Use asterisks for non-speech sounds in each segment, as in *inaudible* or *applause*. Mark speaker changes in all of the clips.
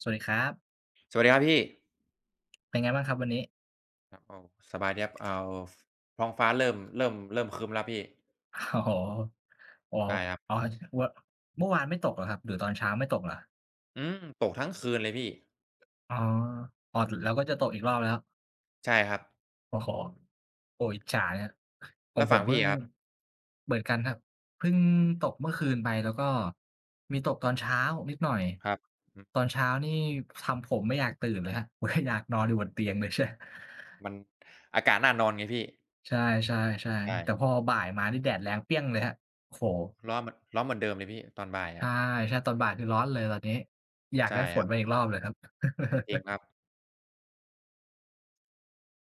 Speaker 1: สวัสดีครับ
Speaker 2: สวัสดีครับพี่
Speaker 1: เป็นไงบ้างครับวันนี้
Speaker 2: ครับโอ้สบายดีครับเอาพท้องฟ้าเริ่มครึ้มแล้วพี่
Speaker 1: *laughs* โอ้โฮอ๋อ
Speaker 2: ใช่ครั
Speaker 1: อ๋
Speaker 2: บ
Speaker 1: อวเมื่อวานไม่ตกเหรอครับหรือตอนเช้าไม่ตกเหรอ
Speaker 2: อืมตกทั้งคืนเลยพี่
Speaker 1: อ๋ออ๋อแล้วก็จะตกอีกรอบแล้ว
Speaker 2: ใช่ครับ
Speaker 1: โอ้โฮโอ้อิจฉาเนี่ยของ
Speaker 2: แล้ว
Speaker 1: ผม
Speaker 2: ฝั่ง
Speaker 1: เพิ่
Speaker 2: พี่
Speaker 1: ง
Speaker 2: อะครับ
Speaker 1: เหมือนกันครับเพิ่งตกเมื่อคืนไปแล้วก็มีตกตอนเช้านิดหน่อย
Speaker 2: ครับอืม
Speaker 1: ตอนเช้านี่ทำผมไม่อยากตื่นเลยครับผ *laughs* มอยากนอนอยู่บนเตียงเลย *laughs*
Speaker 2: มันอากาศน่านอนไงพี่
Speaker 1: ใช่ใช่ๆ
Speaker 2: ใช่
Speaker 1: ๆแต่พอบ่ายมานี่แดดแรงเปรี้ยงเลยครับโอ้โฮ
Speaker 2: ร้อนเหมือนเดิมเลยพี่ตอนบ่าย
Speaker 1: ใช่
Speaker 2: อะ
Speaker 1: ใช่ตอนบ่ายคือร้อนเลยตอนนี้อยาก
Speaker 2: ใช่
Speaker 1: ได้ฝ
Speaker 2: ค
Speaker 1: น
Speaker 2: รับ
Speaker 1: มาอีกรอบเลยครับ *laughs*
Speaker 2: จริงครับ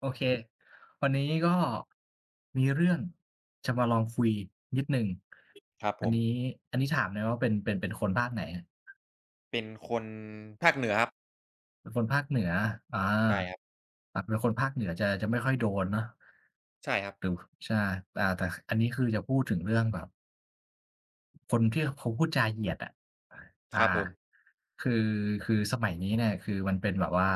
Speaker 1: โอเควันนี้ก็มีเรื่องจะมาลองคุยนิดหนึ่ง
Speaker 2: ครับผ
Speaker 1: อัน
Speaker 2: ม
Speaker 1: นี้อันนี้ถามหน่อยว่าเป็นคนภาคไหนอะ
Speaker 2: เป็นคนภาคเหนือครับ
Speaker 1: เป็นคนภาคเหนืออา
Speaker 2: ใช่ครับ
Speaker 1: อาเป็นคนภาคเหนือจะไม่ค่อยโดนเนาะ
Speaker 2: ใช่ครับ
Speaker 1: ดูใช่อ่าแต่อันนี้คือจะพูดถึงเรื่องแบบ คนที่เขาพูดจาเหยียดอะ
Speaker 2: ครั
Speaker 1: อา
Speaker 2: บผม
Speaker 1: คือคือสมัยนี้เนี่ยคือมันเป็นแบบว่า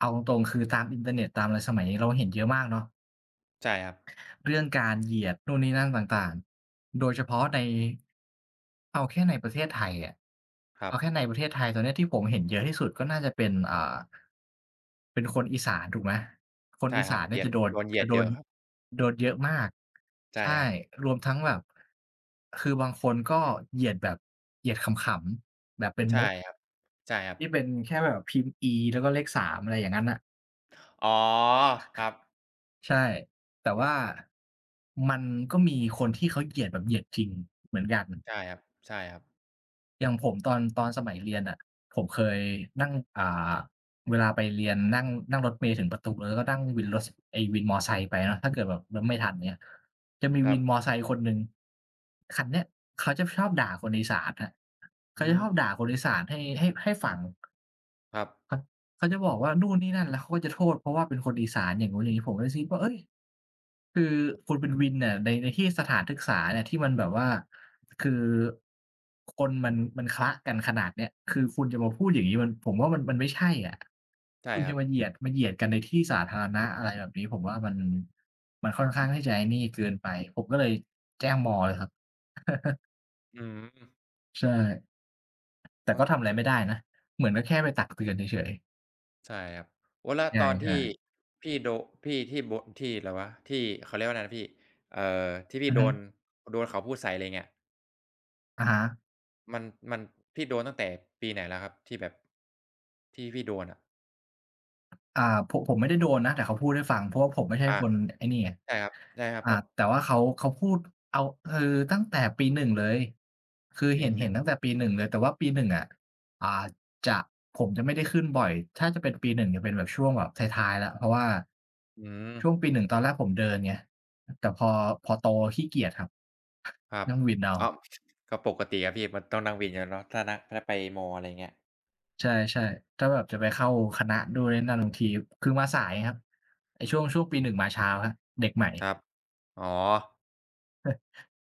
Speaker 1: เอาตรงๆคือตามอินเทอร์เน็ตตามอะไรสมัยนี้เราเห็นเยอะมากเนาะ
Speaker 2: ใช่ครับ
Speaker 1: เรื่องการเหยียดนู่นนี่นั่นต่างๆ โดยเฉพาะในเอาแค่ในประเทศไทยอะ
Speaker 2: ครับ
Speaker 1: เอาแค่ในประเทศไทยตอนเนี้ยที่ผมเห็นเยอะที่สุดก็น่าจะเป็นอ่าเป็นคนอีสานถูกไหมคน
Speaker 2: ใช่
Speaker 1: อี
Speaker 2: ครั
Speaker 1: สา
Speaker 2: บ
Speaker 1: น
Speaker 2: เห
Speaker 1: เนี่
Speaker 2: ยี
Speaker 1: ย
Speaker 2: ยด
Speaker 1: จะโดน
Speaker 2: โดนเหยีย
Speaker 1: จะ
Speaker 2: ด
Speaker 1: โด
Speaker 2: เย
Speaker 1: น
Speaker 2: อะครับ
Speaker 1: โดนเยอะมาก
Speaker 2: ใช่
Speaker 1: ใช่
Speaker 2: ครับ
Speaker 1: รวมทั้งแบบคือบางคนก็เหยียดแบบเหยียดขำๆแบบเป็น
Speaker 2: ใช่
Speaker 1: มุก
Speaker 2: ครับใช่ครับ
Speaker 1: ที่เป็นแค่แบบพิมพ์ E แล้วก็เลข3อะไรอย่างงั้นน่ะ
Speaker 2: อ๋อครับ
Speaker 1: ใช่แต่ว่ามันก็มีคนที่เขาเหยียดแบบเหยียดจริงเหมือนกัน
Speaker 2: ใช่ครับใช่ครับ
Speaker 1: อย่างผมตอนตอนสมัยเรียนน่ะผมเคยนั่งาเวลาไปเรียนนั่งนั่งรถเมล์ถึงประตูแล้วก็นั่งวินรถสไอ้วินมอไซค์ไปเนาะถ้าเกิดแบบรถไม่ทันเงี้ยจะมี
Speaker 2: ครั
Speaker 1: วิ
Speaker 2: บ
Speaker 1: นมอไซค์คนหนึ่งคันเนี้ยเขาจะชอบด่าคนอีสานครับ
Speaker 2: อื
Speaker 1: เขาจะช
Speaker 2: ม
Speaker 1: อบด่าคนอีสานให้ฝั่ง
Speaker 2: ครับ
Speaker 1: เขาเขาจะบอกว่านู่นนี่นั่นแล้วเขาก็จะโทษเพราะว่าเป็นคนอีสานอย่างนู้นอย่างนี้ผมก็เลยคิดว่าเฮ้ยคือคุณเป็นวินเนี่ยในที่สถานศึกษาเนี่ยที่มันแบบว่าคือคนมันคละกันขนาดเนี้ยคือคุณจะมาพูดอย่างงี้มันผมว่ามันไม่ใช่อะ
Speaker 2: ใช่
Speaker 1: คุณ
Speaker 2: ครั
Speaker 1: จะ
Speaker 2: บ
Speaker 1: มาเหยียดมาเหยียดกันในที่สาธารณะอะไรแบบนี้ผมว่ามันมันค่อนข้างที่จะไอ้นี่เกินไปผมก็เลยแจ้งมเลยครับ
Speaker 2: อืม
Speaker 1: ใช่แต่
Speaker 2: โอ๊ย
Speaker 1: ก็ทำอะไร
Speaker 2: โอ๊ย
Speaker 1: ไม่ได้นะเหมือนก็แค่ไปตักเตือนเฉย
Speaker 2: ใช่ครับโอ๊ยแล้
Speaker 1: ๆ
Speaker 2: ว
Speaker 1: ใช
Speaker 2: ตอนที่
Speaker 1: ่
Speaker 2: พี่โดพี่ที่โบะที่อะไรวะที่เขาเรียกว่าอะไรนะพี่เอ่อที่
Speaker 1: ๆ
Speaker 2: พี่
Speaker 1: อือ
Speaker 2: โด
Speaker 1: ฮึ
Speaker 2: นโดนเขาพูดใส่อะไรเงี้ย
Speaker 1: อะฮะ
Speaker 2: มันมันพี่โดนตั้งแต่ปีไหนแล้วครับที่แบบที่พี่โดนอะ
Speaker 1: อ่าผมไม่ได้โดนนะแต่เขาพูดให้ฟังเพราะว่าผมไม่ใช่
Speaker 2: อา
Speaker 1: คนไอ้นี่ไง
Speaker 2: ใช่ครับใช่ครับ
Speaker 1: อ่า
Speaker 2: พอ
Speaker 1: แต่ว่าเขาพูดเอาคือตั้งแต่ปีหนึ่งเลยคือ
Speaker 2: ปี
Speaker 1: เห็น
Speaker 2: ห
Speaker 1: เห็น
Speaker 2: นึ่ง
Speaker 1: ตั้งแต่ปีหนึ่งเลยแต่ว่าปีหนึ่งอะอ่าจะผมจะไม่ได้ขึ้นบ่อยถ้าจะเป็นปีหนึ่งจะเป็นแบบช่วงแบบท้ายๆแล้วเพราะว่า
Speaker 2: อืม
Speaker 1: ช่วงปีหนึ่งตอนแรกผมเดินไงแต่พอโตขี้เกียจครับ
Speaker 2: ครับ
Speaker 1: นั่งวินเอา
Speaker 2: อ้าวก็ปกติอะพี่มันต้องนั่งวินอยู่แล้วเนาะถ้านั่งถ้าไปมออะไรเงี้ย
Speaker 1: ใช่ๆถ้าแบบจะไปเข้าคณะด้วยนั่นบางทีคือมาสายครับไอ้
Speaker 2: อื
Speaker 1: ช่
Speaker 2: ม
Speaker 1: วงช่วงปีหนึ่งมาเช้าครับเด็กใหม่
Speaker 2: ครับอ๋อ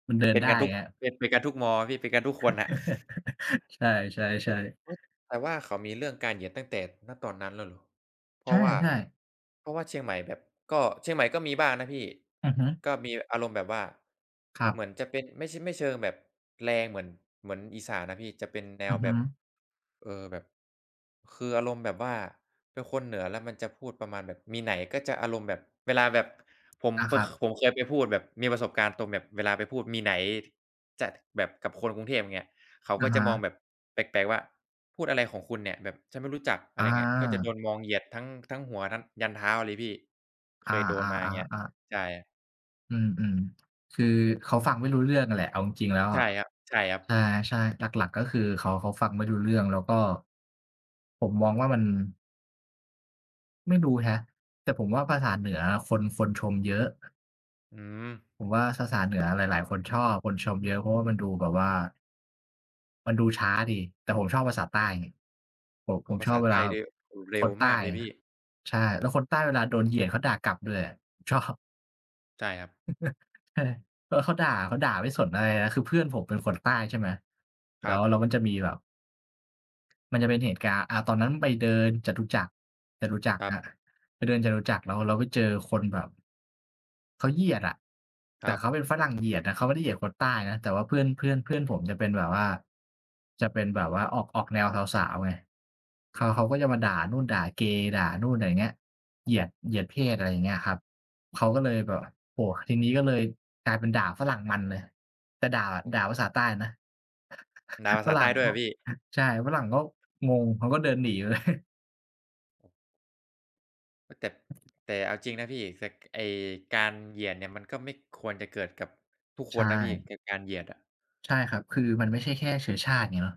Speaker 1: มันเดิน
Speaker 2: เป็นกั
Speaker 1: ได้
Speaker 2: นทุก
Speaker 1: ครับ
Speaker 2: เป็นกันทุกมอพี่เป็นกันทุกคนน่ะ
Speaker 1: *laughs* ใช่ๆ
Speaker 2: อุ๊ย
Speaker 1: ๆ
Speaker 2: แต่ว่าเขามีเรื่องการเหยียดตั้งแต่ณตอนนั้นแล้วเหรอเพ
Speaker 1: ใช่
Speaker 2: ราะว่า
Speaker 1: ใช่
Speaker 2: เพราะว่าเชียงใหม่แบบก็เชียงใหม่ก็มีบ้างนะพี่
Speaker 1: อือฮึ
Speaker 2: ก็มีอารมณ์แบบว่า
Speaker 1: ครั
Speaker 2: เหมือน
Speaker 1: บ
Speaker 2: จะเป็นไม่ใชไม่เชิงแบบแรงเหมือนเหมือนอีสานนะพี่จะเป็นแน
Speaker 1: อื
Speaker 2: ว
Speaker 1: อ
Speaker 2: แบ
Speaker 1: ฮึ
Speaker 2: บเออแบบคืออารมณ์แบบว่าเป็นคนเหนือแล้วมันจะพูดประมาณแบบมีไหนก็จะอารมณ์แบบเวลาแบบผม
Speaker 1: อา
Speaker 2: ป
Speaker 1: ครับ
Speaker 2: ผมเคยไปพูดแบบมีประสบการณ์ตรงแบบเวลาไปพูดมีไหนจะแบบกับคนกรุงเทพอย่างเงี้ย เขาก็
Speaker 1: อะ
Speaker 2: จะ
Speaker 1: ฮะ
Speaker 2: มองแบบแปลกๆว่าพูดอะไรของคุณเนี่ยแบบฉันไม่รู้จักอะ
Speaker 1: อ
Speaker 2: ไรเงี้ยก็จะโด
Speaker 1: า
Speaker 2: นมองเหยียดทั้งทั้งหัวทั้งยันเท้าเลยพี่
Speaker 1: อ
Speaker 2: เคยโดนมาอย่างเงี้ย
Speaker 1: าๆๆ
Speaker 2: ใช่
Speaker 1: ๆอืมๆคือเขาฟังไม่รู้เรื่องอะแหละเอาจริงๆแล้ว
Speaker 2: ใช่
Speaker 1: อะ
Speaker 2: ครับใช่ครั
Speaker 1: ใ
Speaker 2: บ
Speaker 1: ช่ๆหลักๆก็คือเขาฟังไม่รู้เรื่องแล้วก็ผมมองว่ามันไม่รู้แฮะแต่ผมว่าภาษาเหนือคนชมเยอะ
Speaker 2: อืม
Speaker 1: ผมว่าภาษาเหนือหลายๆคนชอบคนชมเยอะเพราะว่ามันดูแบบว่า มันดูช้าดีแต่ผมชอบภาษาใต้ไงผมผ
Speaker 2: โอ้
Speaker 1: ม
Speaker 2: โฮ
Speaker 1: ช
Speaker 2: ภา
Speaker 1: อบ
Speaker 2: ษา
Speaker 1: เว
Speaker 2: ใต้
Speaker 1: ลา
Speaker 2: นี่
Speaker 1: ค
Speaker 2: เร็ว
Speaker 1: น
Speaker 2: มา
Speaker 1: ใต้
Speaker 2: กเลย
Speaker 1: ค
Speaker 2: พี่
Speaker 1: รับใช่แล้วคนใต้เวลาโดนเหยียดเขาด่ากลับด้วยอะชอบ
Speaker 2: ใช่ครับ
Speaker 1: *laughs* ใช่แล้วเขาด่าเขาด่าไม่สนอะไรนะคือเพื่อนผมเป็นคนใต้ใช่ไหม
Speaker 2: ค
Speaker 1: แล้
Speaker 2: รั
Speaker 1: วแล้วมัน
Speaker 2: บ
Speaker 1: จะมีแบบมันจะเป็นเหตุการณ์อ่าตอนนั้นไปเดินจตุจักรจตุจักร
Speaker 2: ครั
Speaker 1: ค
Speaker 2: บ
Speaker 1: รับไปเดินจตุจักรแล้วเราไปเจอคนแบบ เขาเหยียดอะ
Speaker 2: ค
Speaker 1: แต่
Speaker 2: รั
Speaker 1: เขาเป็น
Speaker 2: บ
Speaker 1: ฝรั่งเหยียดนะเขาไม่ได้เหยียดคนใต้นะแต่ว่าเพื่อนเพื่อนเพื่อนผมจะเป็นแบบว่าจะเป็นแบบว่าออกออกแนวสาวๆไง
Speaker 2: อื
Speaker 1: เขาเขา
Speaker 2: ม
Speaker 1: ก็จะมาด่านู่นด่าเกย์ด่านู่นอะไรอย่างเงี้ยเหยียดเหยียดเพศอะไรอย่างเงี้ยครับเขาก็เลยแบบโอ้โฮทีนี้ก็เลยกลายเป็นด่าฝรั่งมันเลยแต่ด่า
Speaker 2: โอ้โฮ
Speaker 1: ด่าภาษาใต้นะ
Speaker 2: ด่าภา
Speaker 1: ฝ
Speaker 2: ษา
Speaker 1: รั่
Speaker 2: ใต้
Speaker 1: ง
Speaker 2: ด้วยเห
Speaker 1: ก็
Speaker 2: รอพี่
Speaker 1: ใช่ฝรั่งก็งงเขาก็เดินหนีไปเลย *laughs*
Speaker 2: เฮ้ยแต่แต่เอาจริงนะพี่สไอ้การเหยียดเนี่ยมันก็ไม่ควรจะเกิดกับทุกค
Speaker 1: ใช่
Speaker 2: นนะพี่กับการเหยียดอะ
Speaker 1: ใช่ครับคือมันไม่ใช่แค่เชื้อชาติไงเนาะ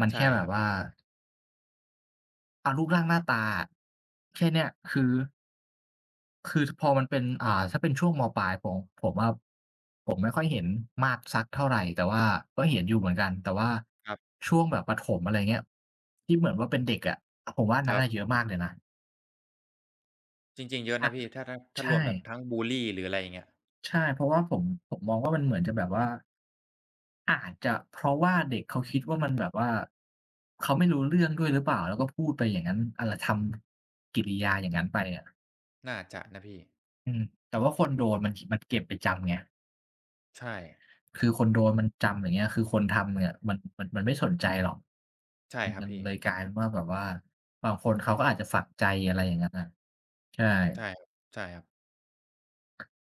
Speaker 1: มันแค่
Speaker 2: ใช่
Speaker 1: แบ
Speaker 2: ค
Speaker 1: บ
Speaker 2: รับ
Speaker 1: ว่า รูปร่างหน้าตาแค่เนี้ยคือพอมันเป็นถ้าเป็นช่วงมปลายผมผมผมไม่ค่อยเห็นมากสักเท่าไรแต่ว่าก็เห็นอยู่เหมือนกันแต่ว่า
Speaker 2: ครับ
Speaker 1: ช่วงแบบประถมอะไรเงี้ยที่เหมือนว่าเป็นเด็กอะผมว่าอัน
Speaker 2: ค
Speaker 1: นั้น
Speaker 2: รับ
Speaker 1: น่ะเยอะมากเลยนะ
Speaker 2: จริงๆเยอะ
Speaker 1: คะ
Speaker 2: นะพี่ถ้า
Speaker 1: ใช่
Speaker 2: รวมแบบทั้งบุลลีหรืออะไรอย่างเงี้ย
Speaker 1: ใช่เพราะว่าผมมองว่ามันเหมือนจะแบบว่าอาจจะเพราะว่าเด็กเขาคิดว่ามันแบบว่าเขาไม่รู้เรื่องด้วยหรือเปล่าแล้วก็พูดไปอย่างงั้นอะไรทำกิริยาอย่างงั้นไปอะ
Speaker 2: น่าจะนะพี่
Speaker 1: อืมแต่ว่าคนโดนมันเก็บไปจำไง
Speaker 2: ใช่
Speaker 1: คือคนโดนมันจำอย่างเงี้ยคือคนทำเนี่ยมันไม่สนใจหรอก
Speaker 2: ใช่
Speaker 1: มัน
Speaker 2: ครับ
Speaker 1: มัน
Speaker 2: พี่
Speaker 1: เลยกลายเป็นว่าแบบว่าบางคนเขาก็อาจจะฝังใจอะไรอย่างงั้นน่ะใช่
Speaker 2: ใช่ครับใช่ครับ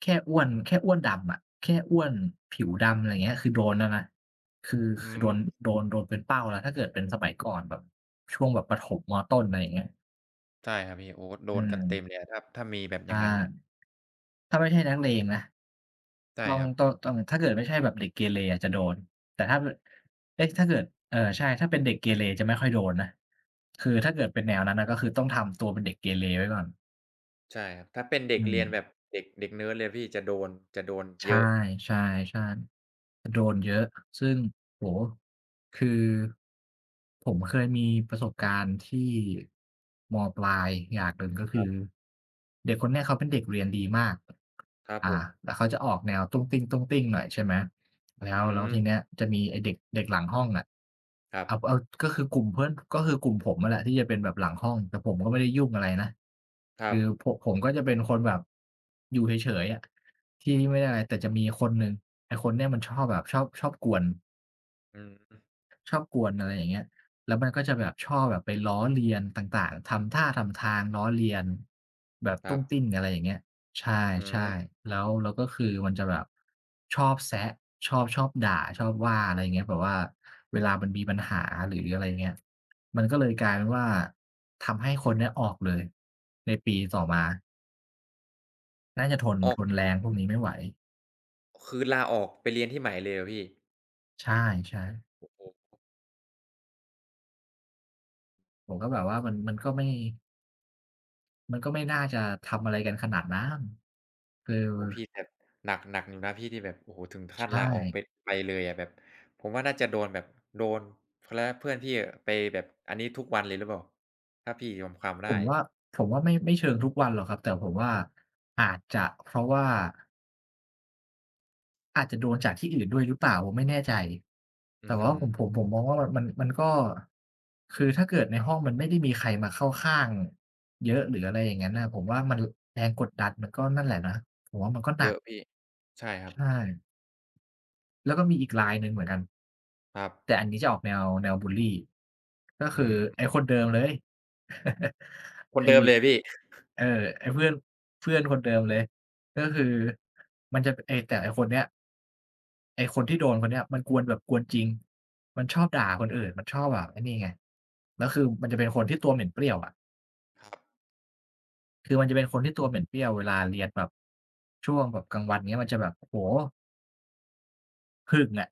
Speaker 1: แค่อ้วนแค่อ้วนดำอะแค่อ้วนผิวดำอะไรเงี้ยคือโดนแล้วนะคือ
Speaker 2: อื
Speaker 1: คือโดน
Speaker 2: ม
Speaker 1: โดนเป็นเป้าแล้วถ้าเกิดเป็นสมัยก่อนแบบช่วงแบบประถมมต้นอะไรอย่างเงี้ย
Speaker 2: ใช่ครับพี่โอ้โด
Speaker 1: อื
Speaker 2: นกัน
Speaker 1: ม
Speaker 2: เต็มเลยอะถ้ามีแบบอย่า
Speaker 1: ถ้า
Speaker 2: งงั้นน่ะ
Speaker 1: ถ้าไม่ใช่นักเลงนะ
Speaker 2: ใช่
Speaker 1: ต้อง
Speaker 2: ครับ
Speaker 1: ต้องต้องถ้าเกิดไม่ใช่แบบเด็กเกเรอะจะโดน แต่ถ้าเอ๊ะถ้าเกิดเออใช่ถ้าเป็นเด็กเกเรจะไม่ค่อยโดนนะคือถ้าเกิดเป็นแนวนั้นน่ะก็คือต้องทำตัวเป็นเด็กเกเรไว้ก่อน
Speaker 2: ใช่ครับถ้าเป็นเด็
Speaker 1: อื
Speaker 2: ก
Speaker 1: ม
Speaker 2: เรียนแบบเด็กเด็กเนิร์ดเลยพี่จะโดนจะโดน
Speaker 1: ใช
Speaker 2: เยอะ
Speaker 1: ่ๆๆ ซึ่งโอ้โฮคือผมเคยมีประสบการณ์ที่มปลายอย่างหนึ่งก็
Speaker 2: ค
Speaker 1: คื
Speaker 2: รั
Speaker 1: อ
Speaker 2: บ
Speaker 1: เด็กคนเนี้ยเขาเป็นเด็กเรียนดีมาก
Speaker 2: ครับผ
Speaker 1: อ่า
Speaker 2: ม
Speaker 1: แต่เขาจะออกแนวตุ้งติ้งตุ้งติ้งหน่อยใช่ไหมแล้ว
Speaker 2: อื
Speaker 1: แล้ว
Speaker 2: ม
Speaker 1: ทีเนี้ยจะมีไอ้เด็กเด็กหลังห้องอะ
Speaker 2: ครับ
Speaker 1: เอาเอาก็คือกลุ่มเพื่อนก็คือกลุ่มผมอะแหละที่จะเป็นแบบหลังห้องแต่ผมก็ไม่ได้ยุ่งอะไรนะ
Speaker 2: ครับ
Speaker 1: คือผมก็จะเป็นคนแบบอยู่เฉยๆอะที่ไม่ได้
Speaker 2: อื
Speaker 1: อะ
Speaker 2: อ
Speaker 1: ไรแต่จะมีคนหนึ่งไอ้คนเนี้ยมันชอบแบบชอบกวน
Speaker 2: อืม
Speaker 1: ชอบกวนอะไรอย่างเงี้ยแล้วมันก็จะแบบชอบแบบไปล้อเลียนต่างๆ ทำท่าทำทางล้อเลียนแบบ
Speaker 2: ครั
Speaker 1: ตุ้
Speaker 2: บ
Speaker 1: งติ้งอะไรอย่างเงี้ยใช
Speaker 2: อื
Speaker 1: ่
Speaker 2: ม
Speaker 1: ๆแล้วก็คือมันจะแบบชอบแซะชอบด่าชอบว่าอะไรอย่างเงี้ยแบบว่าเวลามันมีปัญหาหรืออะไรอย่างเงี้ยมันก็เลยกลายเป็นว่าทำให้คนเนี้ยออกเลยในปีต่อมาน่าจะทน
Speaker 2: ออ
Speaker 1: ท
Speaker 2: ก
Speaker 1: นแรงพวกนี้ไม่ไหว
Speaker 2: คือลาออกไปเรียนที่ใหม่เลยเหรอพี่
Speaker 1: ใช่
Speaker 2: โอ้โฮ
Speaker 1: ๆผมก็แบบว่ามันก็ไม่มันก็ไม่น่าจะทำอะไรกันขนาดนั้น เออ
Speaker 2: โอ้พี่แบบหนักหนักอยู่นะพี่ที่แบบโอ้โฮถึงขั้น
Speaker 1: ใช่
Speaker 2: ลาออกไปไปเลยอะแบบผมว่าน่าจะโดนแบบโดนเขาเรียกว่าเพื่อนพี่อะไปแบบอันนี้ทุกวันเลยหรือเปล่าถ้าพี่จำความ
Speaker 1: ผ
Speaker 2: ได้
Speaker 1: มว่าผมว่าไม่เชิงทุกวันหรอกครับแต่ผมว่าอาจจะเพราะว่าอาจจะโดนจากที่อื่นด้วยหรือเปล่าผมไม่แน่ใจ
Speaker 2: อื้
Speaker 1: แต่
Speaker 2: อฮื
Speaker 1: ว่า
Speaker 2: อ
Speaker 1: ผมมองว่ามันก็คือถ้าเกิดในห้องมันไม่ได้มีใครมาเข้าข้างเยอะหรืออะไรอย่างงั้นน่ะผมว่ามันแรงกดดันมันก็นั่นแหละนะผมว่ามันก็ห
Speaker 2: เย
Speaker 1: นัก
Speaker 2: อะพี่ใช่ครับ
Speaker 1: ใช่ แล้วก็มีอีกลายหนึ่งเหมือนกัน
Speaker 2: ครับ
Speaker 1: แต่อันนี้จะออกแนวบุลลีก็
Speaker 2: อื
Speaker 1: คือ
Speaker 2: ม
Speaker 1: ไอ้คนเดิมเลย *laughs*
Speaker 2: คน
Speaker 1: ไอ้
Speaker 2: เดิมเลยพี่
Speaker 1: เออไอ้เพื่อนเพื่อนคนเดิมเลยก็คือมันจะไอ้แต่ไอ้คนเนี้ยไอ้คนที่โดนคนเนี้ยมันกวนแบบกวนจริงมันชอบด่าคนอื่นมันชอบแบบไอ้นี่ไงแล้วคือมันจะเป็นคนที่ตัวเหม็นเปรี้ยวอะ
Speaker 2: ครั
Speaker 1: คือมันจะเป็นคนที่ตัวเหม็นเปรี้ยวเวลาเรียนแบบช่วงแบบกลางวันเงี้ยมันจะแบบโอ้โฮ ผึ่งอะ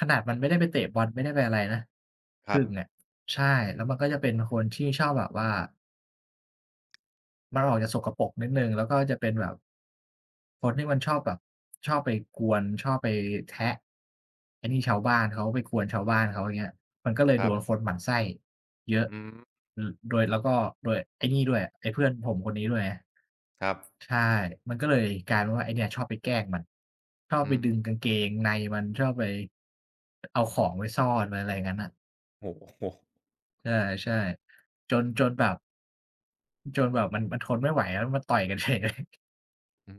Speaker 1: ขนาดมันไม่ได้ไปเตะบอลไม่ได้ไปอะไรนะ
Speaker 2: บ
Speaker 1: ผึ่งอะใช่แล้วมันก็จะเป็นคนที่ชอบแบบว่ามันออกจะสกปรกนิดหนึ่งแล้วก็จะเป็นแบบคนที่มันชอบแบบชอบไปกวนชอบไปแทะไอ้นี่ชาวบ้านเขาไปกวนชาวบ้านเขาอย่างเงี้ยมันก็เลย
Speaker 2: ค
Speaker 1: โด
Speaker 2: รับ
Speaker 1: นคนหมั่นไส้เยอะ
Speaker 2: อืม
Speaker 1: อือโดยแล้วก็โดยไอ้นี่ด้วยไอ้เพื่อนผมคนนี้ด้วยไง
Speaker 2: ครับ
Speaker 1: ใช่มันก็เลยกลายเป็นว่าไอ้เนี่ยชอบไปแกล้งมันชอบ
Speaker 2: อื
Speaker 1: ไป
Speaker 2: ม
Speaker 1: ดึ
Speaker 2: ครั
Speaker 1: ง
Speaker 2: บอืม
Speaker 1: กางเกงในมันชอบไปเอาของไว้ซ่อนไว้อะไรอย่างงั้นน่ะ
Speaker 2: โอ้โฮ
Speaker 1: ใช่ๆจนแบบจนแบบมันทนไม่ไหวแล้วมาต่อยกันเฉยเลย
Speaker 2: อืม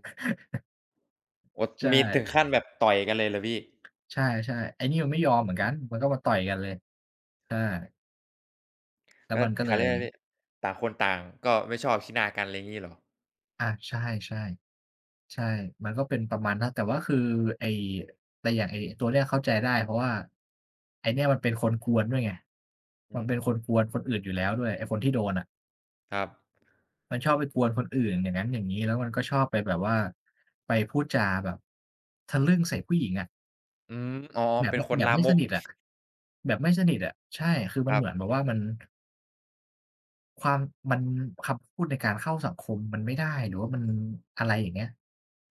Speaker 2: โอ้
Speaker 1: *laughs* ใช่
Speaker 2: มีถึงขั้นแบบต่อยกันเลยเหรอพี่
Speaker 1: ใช่ๆไอ้นี่มันไม่ยอมเหมือนกันมันก็มาต่อยกันเลยใช่แล้ว
Speaker 2: ก็
Speaker 1: มันก็เล
Speaker 2: เขาเรีย
Speaker 1: ย
Speaker 2: กว่าอะไรพี่ต่างคนต่างก็ไม่ชอบขี้หน้ากันอะไรงี้เหรอ
Speaker 1: ใช่ๆ ใช่มันก็เป็นประมาณนั้นแต่ว่าคือไอ้แต่อย่างไอ้ตัวเนี้ยเข้าใจได้เพราะว่าไอ้เนี่ยมันเป็นคนกวนด้วยไง
Speaker 2: อื
Speaker 1: มัน
Speaker 2: ม
Speaker 1: เป็นคนกวนคนอื่นอยู่แล้วด้วยไอ้คนที่โดนอะ
Speaker 2: ครับ
Speaker 1: มันชอบไปกวนคนอื่นอย่างนั้นอย่างงี้แล้วมันก็ชอบไปแบบว่าไปพูดจาแบบทะลึ่งใส่ผู้หญิงอะ
Speaker 2: อืมอ๋อ
Speaker 1: แบบ
Speaker 2: เป็น
Speaker 1: ไม่
Speaker 2: คน
Speaker 1: แบบ
Speaker 2: ลา
Speaker 1: ไม่
Speaker 2: ม
Speaker 1: ส
Speaker 2: ก
Speaker 1: นิทอะแบบไม่สนิทอะใช่คือ
Speaker 2: ค
Speaker 1: มัน
Speaker 2: รั
Speaker 1: เหมือน
Speaker 2: บ
Speaker 1: แบบว่ามัน ความมันคำพูดในการเข้าสังคมมันไม่ได้หรือว่ามันอะไรอย่างเงี้ย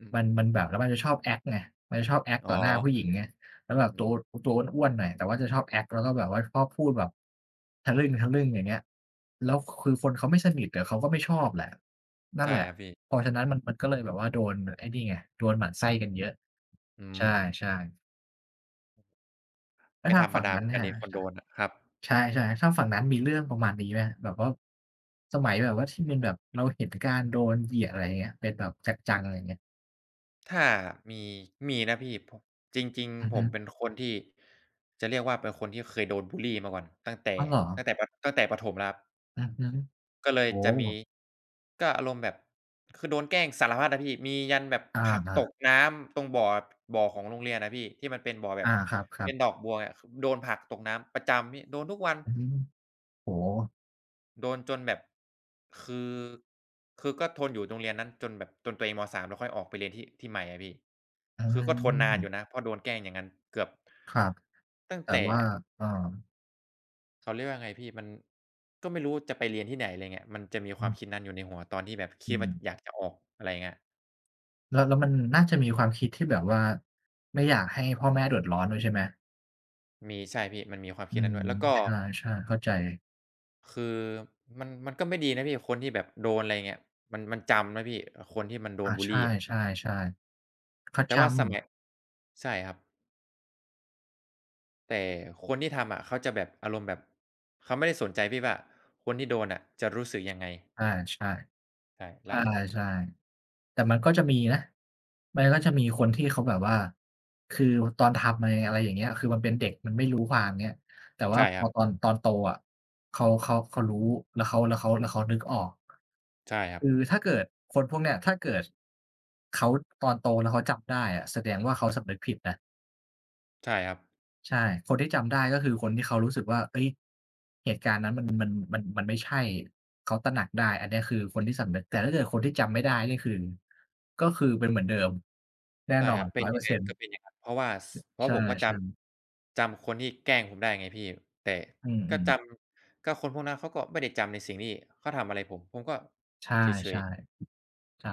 Speaker 2: อื
Speaker 1: มัน
Speaker 2: ม
Speaker 1: มันแบบแล้วมันจะชอบแ c t ไงมันจะชอบแอ t ต
Speaker 2: อ๋
Speaker 1: ต่
Speaker 2: อ
Speaker 1: อหน้าผู้หญิงไงแล้วแบบ
Speaker 2: อื
Speaker 1: ตัว
Speaker 2: ม
Speaker 1: ตัวอ้วนๆหน่อยแต่ว่าจะชอบ act แล้วก็แบบว่าชอบพูดแบบทะลึ่งๆอย่างเงี้ย
Speaker 2: อื
Speaker 1: แล้ว
Speaker 2: ม
Speaker 1: คือคนเขาไม่สนิทต่เขาก็ไม่ชอบแหละนั่น
Speaker 2: ใช่
Speaker 1: แหละ
Speaker 2: ครับพี่
Speaker 1: เพราะฉะนั้นมันก็เลยแบบว่าโดนไอ้นี่ไงโดนหมั่นไส้กันเยอะ
Speaker 2: อื
Speaker 1: ใช
Speaker 2: ม
Speaker 1: ่ๆแล้ว
Speaker 2: ไม่
Speaker 1: ทา
Speaker 2: ธ
Speaker 1: ง
Speaker 2: รรม
Speaker 1: ฝั่ง
Speaker 2: ดาเห
Speaker 1: นั้น
Speaker 2: มือนกั
Speaker 1: เนี่
Speaker 2: น
Speaker 1: ย
Speaker 2: นี่คนโดนอะครับ
Speaker 1: ใช่ๆทางฝั่งนั้นมีเรื่องประมาณนี้ไหมแบบว่าสมัยแบบว่าที่เป็นแบบเราเห็นการโดนเหยียดอะไรอย่างเงี้ยเป็นแบบจังๆอะไรอย่างเงี้ย
Speaker 2: ถ้ามีมีนะพี่ผมจริง
Speaker 1: อือ
Speaker 2: ๆผ
Speaker 1: ฮึ
Speaker 2: มเป็นคนที่จะเรียกว่าเป็นคนที่เคยโดนบุลลีมาก่อนตั้งแต่
Speaker 1: อ้าวเหรอ
Speaker 2: ตั้งแต่ปตั้งแต่ประถมแล้วครับ
Speaker 1: อือฮึ
Speaker 2: ก็เลย
Speaker 1: โอ้
Speaker 2: จะ
Speaker 1: โฮ
Speaker 2: มีก็อารมณ์แบบคือโดนแกล้งสารพัดอะพี่มียันแบบ
Speaker 1: อา
Speaker 2: ผลักตกน้ำตรงบ่อบ่อของโรงเรียนอะพี่ที่มันเป็นบ่อแบ
Speaker 1: ๆ
Speaker 2: บ
Speaker 1: อาครั
Speaker 2: เป็
Speaker 1: บ
Speaker 2: นด
Speaker 1: ๆ
Speaker 2: อกบัวไงคือโดนผลักตกน้ำประจำพี่โดนทุกวัน
Speaker 1: อืมโอ้โฮ
Speaker 2: โดนจนแบบคือคือก็ทนอยู่โรงเรียนนั้นจนแบบจนตัวเองมสามแล้วค่อยออกไปเรียนที่ใหม่อะพี่
Speaker 1: อื
Speaker 2: คือก็ทนนา
Speaker 1: ม
Speaker 2: นอยู่นะเพราะโดนแกล้งอย่างงั้นเกือบ
Speaker 1: ครับ
Speaker 2: ตั้ง
Speaker 1: แต่
Speaker 2: แต่
Speaker 1: ว่าเอ่อ
Speaker 2: เขาเรียกว่าไงพี่มันก็ไม่รู้จะไปเรียนที่ไหนอะไรเงี้ยมันจะมีค
Speaker 1: อื
Speaker 2: วามคิด
Speaker 1: ม
Speaker 2: นั้นอยู่ในหัวตอนที่แบบ
Speaker 1: อื
Speaker 2: คิดว่า
Speaker 1: ม
Speaker 2: อยากจะออกอะไรเงี้ย
Speaker 1: แล้วมันน่าจะมีความคิดที่แบบว่าไม่อยากให้พ่อแม่เดือดร้อนด้วยใช่ไหม
Speaker 2: มีใช่พี่มันมีความ
Speaker 1: อื
Speaker 2: คิดนั้
Speaker 1: ม
Speaker 2: นด้วยแล้วก็
Speaker 1: ใช่ๆเข้าใจ
Speaker 2: คือมันก็ไม่ดีนะพี่คนที่แบบโดนอะไรเงี้ยมันจำนะพี่คนที่มันโดน
Speaker 1: อา
Speaker 2: บุล
Speaker 1: ใช
Speaker 2: ลีอะ
Speaker 1: ่ๆๆเขา
Speaker 2: แต่
Speaker 1: จำ
Speaker 2: ว่าสมัยใช่ครับ แต่คนที่ทำอะเขาจะแบบอารมณ์แบบเขาไม่ได้สนใจพี่ว่าคนที่โดนอ่ะจะรู้สึกยังไง
Speaker 1: อาใช่
Speaker 2: ใช่
Speaker 1: ใ
Speaker 2: แล้ว
Speaker 1: ช่ๆ แต่มันก็จะมีนะมันก็จะมีคนที่เขาแบบว่าคือตอนทำมาอะไรอย่างเงี้ยคือมันเป็นเด็กมันไม่รู้ความเงี้ยแต่ว่า
Speaker 2: ใช่
Speaker 1: พ
Speaker 2: ค
Speaker 1: อ
Speaker 2: รับ
Speaker 1: ตอนโตอะเขารู้แล้วเขาแล้วเขาแล้วเขานึกออก
Speaker 2: ใช่ครับ
Speaker 1: คือถ้าเกิดคนพวกเนี้ยถ้าเกิดเขาตอนโตแล้วเขาจำได้อะแสดงว่าเขาสำนึกผิดนะ
Speaker 2: ใช่ครับ
Speaker 1: ใช่คนที่จำได้ก็คือคนที่เขารู้สึกว่าเฮ้ยเหตุการณ์นั้นมันไม่ใช่เขาตระหนักได้อันเนี้ยคือคนที่สำนึกแต่ถ้าเกิดคนที่จำไม่ได้นี่คือก็คือเป็นเหมือนเดิมแน่
Speaker 2: ใช่
Speaker 1: นอ
Speaker 2: ค
Speaker 1: น
Speaker 2: รับเป็นยังไง
Speaker 1: 100%
Speaker 2: ก็เป็นอย่างนั้นเพราะว่าสเพ
Speaker 1: ใช
Speaker 2: ราะผมก็จ
Speaker 1: ่ๆ
Speaker 2: ำจำคนที่แกล้งผมได้ไงพี่แต่
Speaker 1: อื
Speaker 2: ก็
Speaker 1: ม
Speaker 2: จ
Speaker 1: ๆ
Speaker 2: ำก็คนพวกนั้นเขาก็ไม่ได้จำในสิ่งที่เขาทำอะไรผมผมก็
Speaker 1: ใช
Speaker 2: เฉย
Speaker 1: ่
Speaker 2: ๆ
Speaker 1: ๆใช่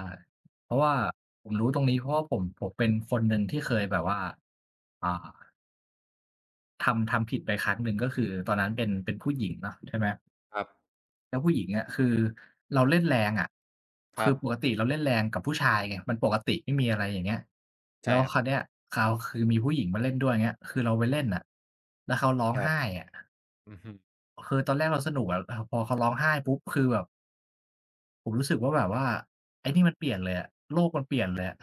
Speaker 1: เพราะว่าผมรู้ตรงนี้เพราะว่าผมเป็นคนหนึ่งที่เคยแบบว่าอ่าทำผิดไปครั้งหนึ่งก็คือตอนนั้นเป็นผู้หญิงเนาะใช่ไหม
Speaker 2: ครับ
Speaker 1: แล้วผู้หญิงอะคือเราเล่นแรงอะ
Speaker 2: ค
Speaker 1: คื
Speaker 2: รั
Speaker 1: อ
Speaker 2: บ
Speaker 1: ปกติเราเล่นแรงกับผู้ชายไงมันปกติไม่มีอะไรอย่างเงี้ยแล้
Speaker 2: ใช่
Speaker 1: ว
Speaker 2: ครับ
Speaker 1: คราวเนี้ยเขาวคือมีผู้หญิงมาเล่นด้วยอย่างเงี้ยคือเราไปเล่นน่ะแล้วเขาร้อง
Speaker 2: ครับ
Speaker 1: ไห้อะ
Speaker 2: อือฮึ
Speaker 1: คือตอนแรกเราสนุกอะแต่พอเขาร้องไห้ปุ๊บคือแบบผมรู้สึกว่าแบบว่าไอ้นี่มันเปลี่ยนเลยอะโลกมันเปลี่ยนเลยอะ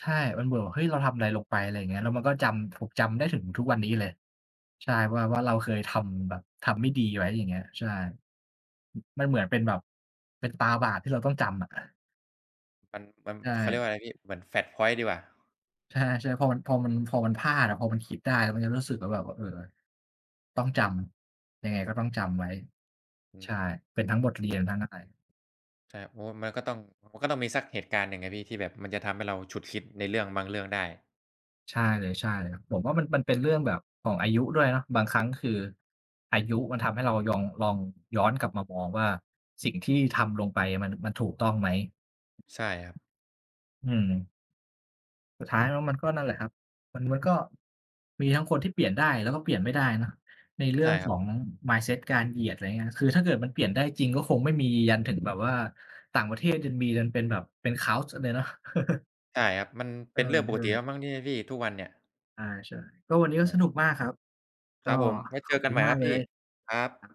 Speaker 1: ใช่มันเบื่อว่าเฮ้ยเราทำอะไรลงไปอะไรอย่างเงี้ยแล้วมันก็จำถูกจำได้ถึงทุกวันนี้เลย ใช่ว่าเราเคยทำแบบทำไม่ดีไว้อย่างเงี้ยใช่อมันเหมือนเป็นแบบเป็นตาบาปที่เราต้องจำอะ
Speaker 2: มันมัน
Speaker 1: ใช่
Speaker 2: เขาเรียกว่าอะไรพี่เหมือน Flashpoint ดีกว่า
Speaker 1: ใช่ๆพอมันพลาดอะพอมันคิดได้มันจะรู้สึกว่าแบบว่าเออต้องจำยังไงก็ต้องจำไว้
Speaker 2: อื
Speaker 1: ใช่
Speaker 2: ม
Speaker 1: เป็นทั้งบทเรียนทั้งอะไร
Speaker 2: ใช่โอ้มันก็ต้องมันก็ต้องมีสักเหตุการณ์หนึ่งอะพี่ที่แบบมันจะทำให้เราฉุกคิดในเรื่องบางเรื่องได้
Speaker 1: ใช่เลยใช่เลยครับผมว่ามันมันเป็นเรื่องแบบของอายุด้วยเนาะบางครั้งคืออายุมันทำให้เรายองลองย้อนกลับมามองว่าสิ่งที่ทำลงไปมันมันถูกต้องไหม
Speaker 2: ใช่ครับ
Speaker 1: อืมสุดท้ายแล้วมันก็นั่นแหละครับมันมันก็มีทั้งคนที่เปลี่ยนได้แล้วก็เปลี่ยนไม่ได้เนาะในเรื่อ
Speaker 2: ใช่
Speaker 1: ง
Speaker 2: ค
Speaker 1: ข
Speaker 2: รับ
Speaker 1: อง mindset การเหยียดอะไรเงี้ยคือถ้าเกิดมันเปลี่ยนได้จริงก็คงไม่มียันถึงแบบว่าต่างประเทศยังมีกันเป็นแบบเป็น Cult เลยเนาะ
Speaker 2: ใช่ครับมัน
Speaker 1: เอ
Speaker 2: เป็นเรื่องปก
Speaker 1: อ
Speaker 2: ติแล้ว
Speaker 1: ๆ
Speaker 2: มั้งเนี่ยพี่ทุกวันเนี่ย
Speaker 1: อาใช่ก็วันนี้ก็สนุก
Speaker 2: อา
Speaker 1: มากครับ
Speaker 2: ค
Speaker 1: ก็
Speaker 2: รับผมไว้
Speaker 1: ข
Speaker 2: เจ
Speaker 1: อบ
Speaker 2: อกั
Speaker 1: คุ
Speaker 2: น
Speaker 1: ณ
Speaker 2: ใหม่ค
Speaker 1: มาก
Speaker 2: รับ
Speaker 1: เล
Speaker 2: พี่
Speaker 1: ยครับ
Speaker 2: ครับ